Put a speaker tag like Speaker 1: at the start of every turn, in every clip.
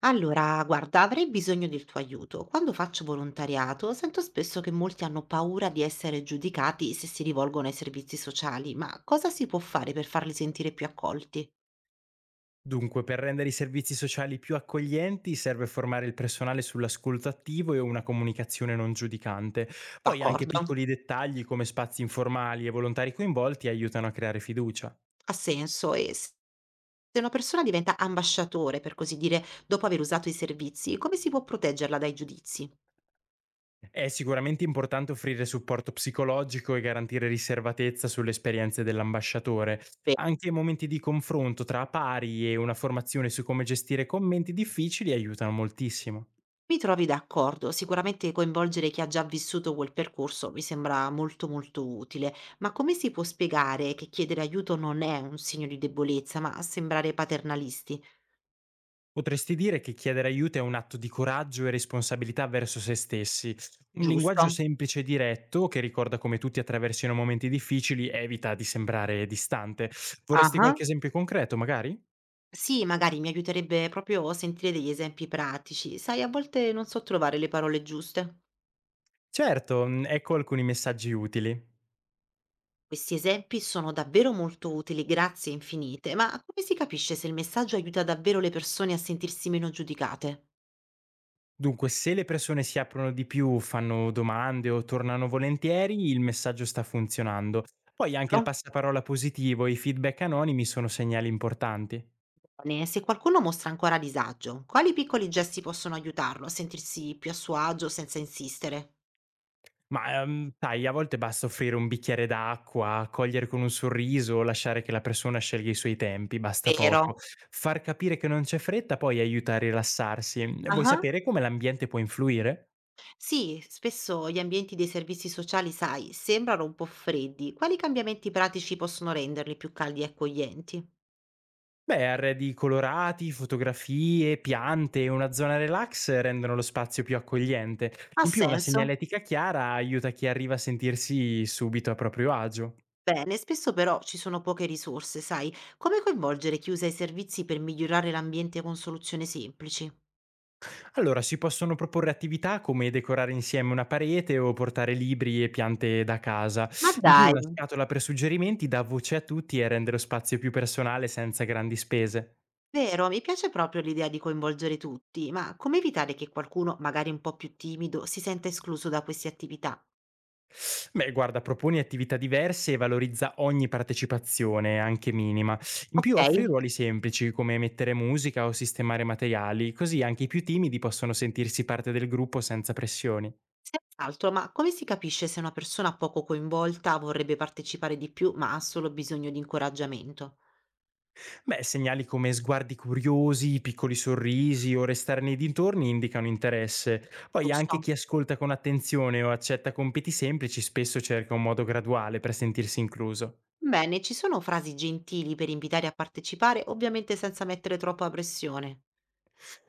Speaker 1: Allora, guarda, avrei bisogno del tuo aiuto. Quando faccio volontariato, sento spesso che molti hanno paura di essere giudicati se si rivolgono ai servizi sociali, ma cosa si può fare per farli sentire più accolti?
Speaker 2: Dunque, per rendere i servizi sociali più accoglienti serve formare il personale sull'ascolto attivo e una comunicazione non giudicante. Poi anche
Speaker 1: D'accordo,
Speaker 2: piccoli dettagli come spazi informali e volontari coinvolti aiutano a creare fiducia.
Speaker 1: ha senso. Se una persona diventa ambasciatore, per così dire, dopo aver usato i servizi, come si può proteggerla dai giudizi?
Speaker 2: È sicuramente importante offrire supporto psicologico e garantire riservatezza sulle esperienze dell'ambasciatore. Anche momenti di confronto tra pari e una formazione su come gestire commenti difficili aiutano moltissimo.
Speaker 1: Mi trovi d'accordo, sicuramente coinvolgere chi ha già vissuto quel percorso mi sembra molto molto utile, ma come si può spiegare che chiedere aiuto non è un segno di debolezza, ma sembrare paternalisti?
Speaker 2: Potresti dire che chiedere aiuto è un atto di coraggio e responsabilità verso se stessi. Un
Speaker 1: Giusto?
Speaker 2: linguaggio semplice e diretto, che ricorda come tutti attraversino momenti difficili, evita di sembrare distante. Vorresti
Speaker 1: Ah.
Speaker 2: qualche esempio concreto, magari?
Speaker 1: Sì, magari mi aiuterebbe proprio sentire degli esempi pratici. Sai, a volte non so trovare le parole giuste.
Speaker 2: Certo, ecco alcuni messaggi utili.
Speaker 1: Questi esempi sono davvero molto utili, grazie infinite, ma come si capisce se il messaggio aiuta davvero le persone a sentirsi meno giudicate?
Speaker 2: Dunque, se le persone si aprono di più, fanno domande o tornano volentieri, il messaggio sta funzionando. Poi anche il passaparola positivo e i feedback anonimi sono segnali importanti.
Speaker 1: Se qualcuno mostra ancora disagio, quali piccoli gesti possono aiutarlo a sentirsi più a suo agio senza insistere?
Speaker 2: Ma, sai, a volte basta offrire un bicchiere d'acqua, accogliere con un sorriso, lasciare che la persona scelga i suoi tempi, basta
Speaker 1: Vero.
Speaker 2: poco. Far capire che non c'è fretta poi aiuta a rilassarsi. Vuoi
Speaker 1: Ah.
Speaker 2: sapere come l'ambiente può influire?
Speaker 1: Sì, spesso gli ambienti dei servizi sociali, sai, sembrano un po' freddi. Quali cambiamenti pratici possono renderli più caldi e accoglienti?
Speaker 2: Beh, arredi colorati, fotografie, piante e una zona relax rendono lo spazio più accogliente.
Speaker 1: Ha
Speaker 2: In più, una
Speaker 1: senso.
Speaker 2: segnaletica chiara aiuta chi arriva a sentirsi subito a proprio agio.
Speaker 1: Bene, spesso però ci sono poche risorse, sai. Come coinvolgere chi usa i servizi per migliorare l'ambiente con soluzioni semplici?
Speaker 2: Allora, si possono proporre attività come decorare insieme una parete o portare libri e piante da casa.
Speaker 1: Ma
Speaker 2: In più,
Speaker 1: dai.
Speaker 2: una scatola per suggerimenti dà voce a tutti e rende lo spazio più personale senza grandi spese.
Speaker 1: Vero, mi piace proprio l'idea di coinvolgere tutti, ma come evitare che qualcuno, magari un po' più timido, si senta escluso da queste attività?
Speaker 2: Beh, guarda, proponi attività diverse e valorizza ogni partecipazione, anche minima. In più offri
Speaker 1: Ok,
Speaker 2: ruoli semplici come mettere musica o sistemare materiali, così anche i più timidi possono sentirsi parte del gruppo senza pressioni.
Speaker 1: senz'altro, ma come si capisce se una persona poco coinvolta vorrebbe partecipare di più, ma ha solo bisogno di incoraggiamento?
Speaker 2: Beh, segnali come sguardi curiosi, piccoli sorrisi o restare nei dintorni indicano interesse. Poi anche
Speaker 1: Giusto.
Speaker 2: chi ascolta con attenzione o accetta compiti semplici spesso cerca un modo graduale per sentirsi incluso.
Speaker 1: Bene, ci sono frasi gentili per invitare a partecipare, ovviamente senza mettere troppa pressione.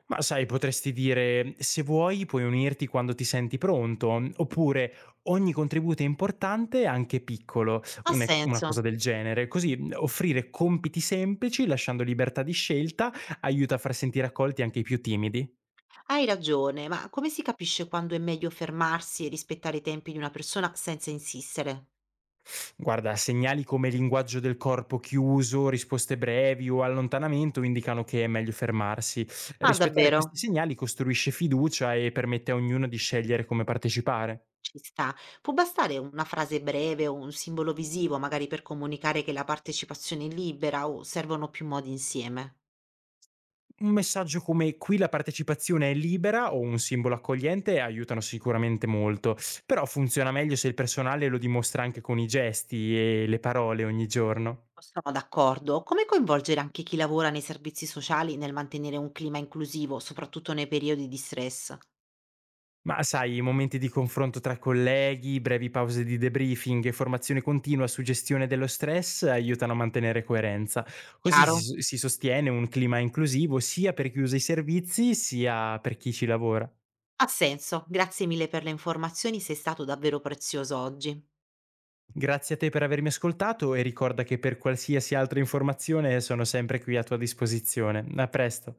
Speaker 2: Ma sai, potresti dire, se vuoi puoi unirti quando ti senti pronto, oppure ogni contributo è importante, anche piccolo,
Speaker 1: Ha
Speaker 2: una
Speaker 1: senso,
Speaker 2: cosa del genere. Così offrire compiti semplici, lasciando libertà di scelta, aiuta a far sentire accolti anche i più timidi.
Speaker 1: hai ragione, ma come si capisce quando è meglio fermarsi e rispettare i tempi di una persona senza insistere?
Speaker 2: Guarda, segnali come linguaggio del corpo chiuso, risposte brevi o allontanamento indicano che è meglio fermarsi.
Speaker 1: Ma
Speaker 2: Rispettare questi
Speaker 1: davvero?
Speaker 2: segnali costruisce fiducia e permette a ognuno di scegliere come partecipare.
Speaker 1: Ci sta. Può bastare una frase breve o un simbolo visivo, magari per comunicare che la partecipazione è libera o servono più modi insieme?
Speaker 2: Un messaggio come qui la partecipazione è libera o un simbolo accogliente aiutano sicuramente molto, però funziona meglio se il personale lo dimostra anche con i gesti e le parole ogni giorno.
Speaker 1: Sono d'accordo. Come coinvolgere anche chi lavora nei servizi sociali nel mantenere un clima inclusivo, soprattutto nei periodi di stress?
Speaker 2: Ma sai, momenti di confronto tra colleghi, brevi pause di debriefing e formazione continua su gestione dello stress aiutano a mantenere coerenza. Così
Speaker 1: Chiaro?
Speaker 2: si sostiene un clima inclusivo sia per chi usa i servizi sia per chi ci lavora.
Speaker 1: Ha senso. Grazie mille per le informazioni, sei stato davvero prezioso oggi.
Speaker 2: Grazie a te per avermi ascoltato e ricorda che per qualsiasi altra informazione sono sempre qui a tua disposizione. A presto.